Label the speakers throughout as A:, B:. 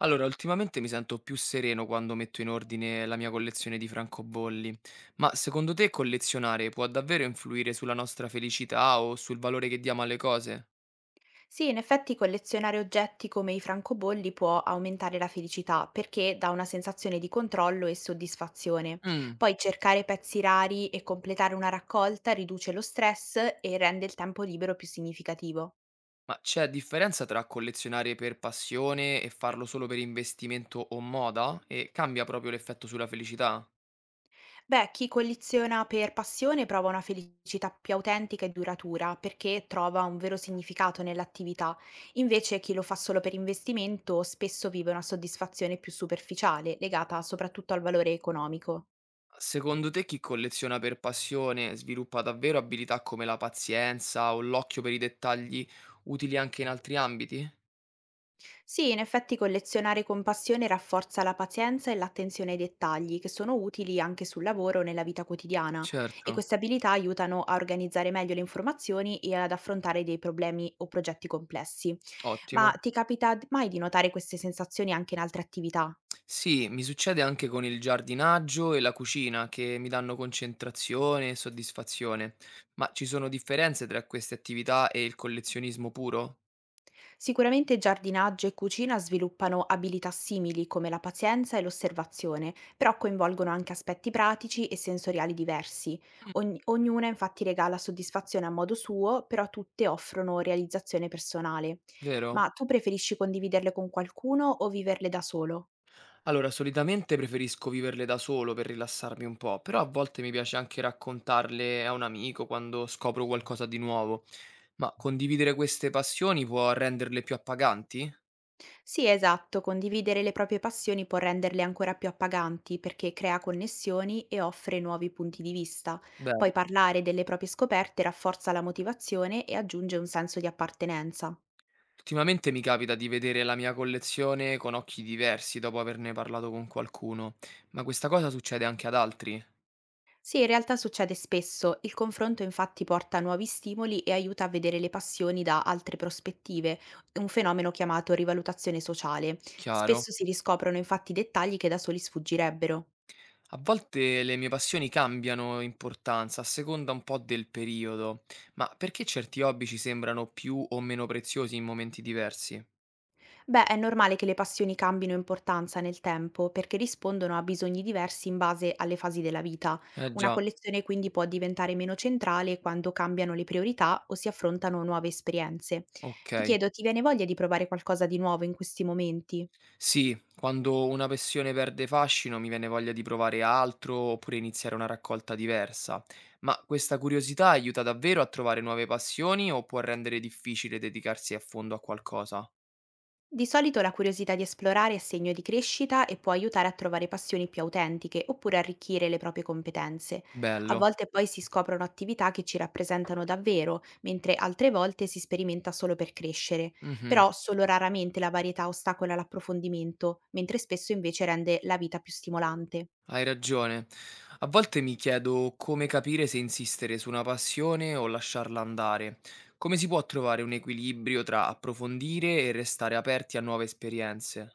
A: Allora, ultimamente mi sento più sereno quando metto in ordine la mia collezione di francobolli, ma secondo te collezionare può davvero influire sulla nostra felicità o sul valore che diamo alle cose?
B: Sì, in effetti collezionare oggetti come i francobolli può aumentare la felicità perché dà una sensazione di controllo e soddisfazione.
A: Mm,
B: Poi cercare pezzi rari e completare una raccolta riduce lo stress e rende il tempo libero più significativo.
A: ma c'è differenza tra collezionare per passione e farlo solo per investimento o moda? E cambia proprio l'effetto sulla felicità?
B: Beh, chi colleziona per passione prova una felicità più autentica e duratura perché trova un vero significato nell'attività. Invece chi lo fa solo per investimento spesso vive una soddisfazione più superficiale, legata soprattutto al valore economico.
A: Secondo te chi colleziona per passione sviluppa davvero abilità come la pazienza o l'occhio per i dettagli utili anche in altri ambiti?
B: Sì, in effetti collezionare con passione rafforza la pazienza e l'attenzione ai dettagli, che sono utili anche sul lavoro o nella vita quotidiana, e
A: Certo,
B: queste abilità aiutano a organizzare meglio le informazioni e ad affrontare dei problemi o progetti complessi. Ma
A: ottimo.
B: ti capita mai di notare queste sensazioni anche in altre attività?
A: Sì, mi succede anche con il giardinaggio e la cucina che mi danno concentrazione e soddisfazione, ma ci sono differenze tra queste attività e il collezionismo puro,
B: Sicuramente giardinaggio e cucina sviluppano abilità simili come la pazienza e l'osservazione, però coinvolgono anche aspetti pratici e sensoriali diversi. Ognuna infatti regala soddisfazione a modo suo, però tutte offrono realizzazione personale.
A: vero?
B: Ma tu preferisci condividerle con qualcuno o viverle da solo?
A: Allora, solitamente preferisco viverle da solo per rilassarmi un po', però a volte mi piace anche raccontarle a un amico quando scopro qualcosa di nuovo. Ma condividere queste passioni può renderle più appaganti?
B: Sì, esatto, condividere le proprie passioni può renderle ancora più appaganti perché crea connessioni e offre nuovi punti di vista. Poi
A: Bene.
B: parlare delle proprie scoperte rafforza la motivazione e aggiunge un senso di appartenenza.
A: Ultimamente mi capita di vedere la mia collezione con occhi diversi dopo averne parlato con qualcuno, ma questa cosa succede anche ad altri,
B: Sì, in realtà succede spesso, il confronto infatti porta a nuovi stimoli e aiuta a vedere le passioni da altre prospettive, un fenomeno chiamato rivalutazione sociale.
A: chiaro?
B: Spesso si riscoprono infatti dettagli che da soli sfuggirebbero.
A: A volte le mie passioni cambiano importanza a seconda un po' del periodo, ma perché certi hobby ci sembrano più o meno preziosi in momenti diversi?
B: Beh, è normale che le passioni cambino importanza nel tempo perché rispondono a bisogni diversi in base alle fasi della vita.
A: Eh
B: Una
A: già,
B: collezione quindi può diventare meno centrale quando cambiano le priorità o si affrontano nuove esperienze. Ti
A: ok.
B: chiedo, ti viene voglia di provare qualcosa di nuovo in questi momenti?
A: Sì, quando una passione perde fascino mi viene voglia di provare altro oppure iniziare una raccolta diversa. Ma questa curiosità aiuta davvero a trovare nuove passioni o può rendere difficile dedicarsi a fondo a qualcosa?
B: Di solito la curiosità di esplorare è segno di crescita e può aiutare a trovare passioni più autentiche oppure arricchire le proprie competenze. A
A: Bello.
B: volte poi si scoprono attività che ci rappresentano davvero, mentre altre volte si sperimenta solo per crescere.
A: Mhm,
B: Però solo raramente la varietà ostacola l'approfondimento, mentre spesso invece rende la vita più stimolante.
A: hai ragione. A volte mi chiedo come capire se insistere su una passione o lasciarla andare. Come si può trovare un equilibrio tra approfondire e restare aperti a nuove esperienze?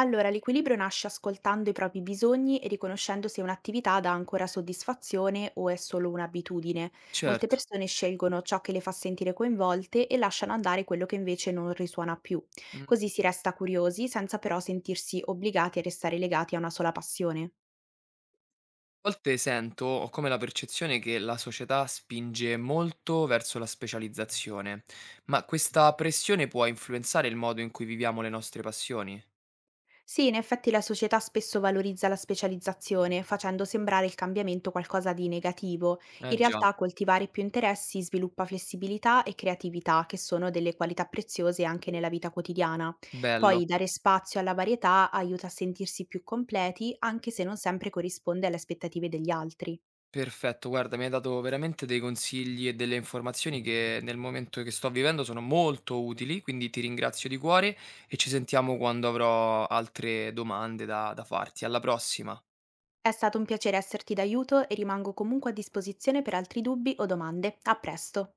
B: Allora, l'equilibrio nasce ascoltando i propri bisogni e riconoscendo se un'attività dà ancora soddisfazione o è solo un'abitudine. Molte
A: Certo.
B: persone scelgono ciò che le fa sentire coinvolte e lasciano andare quello che invece non risuona più.
A: Mm.
B: Così si resta curiosi senza però sentirsi obbligati a restare legati a una sola passione.
A: A volte sento, ho come la percezione che la società spinge molto verso la specializzazione, ma questa pressione può influenzare il modo in cui viviamo le nostre passioni?
B: Sì, in effetti la società spesso valorizza la specializzazione, facendo sembrare il cambiamento qualcosa di negativo. In
A: Eh già,
B: realtà coltivare più interessi sviluppa flessibilità e creatività, che sono delle qualità preziose anche nella vita quotidiana.
A: bello,
B: Poi dare spazio alla varietà aiuta a sentirsi più completi, anche se non sempre corrisponde alle aspettative degli altri.
A: perfetto, guarda, mi hai dato veramente dei consigli e delle informazioni che nel momento che sto vivendo sono molto utili, quindi ti ringrazio di cuore e ci sentiamo quando avrò altre domande da farti. Alla prossima!
B: È stato un piacere esserti d'aiuto e rimango comunque a disposizione per altri dubbi o domande. A presto!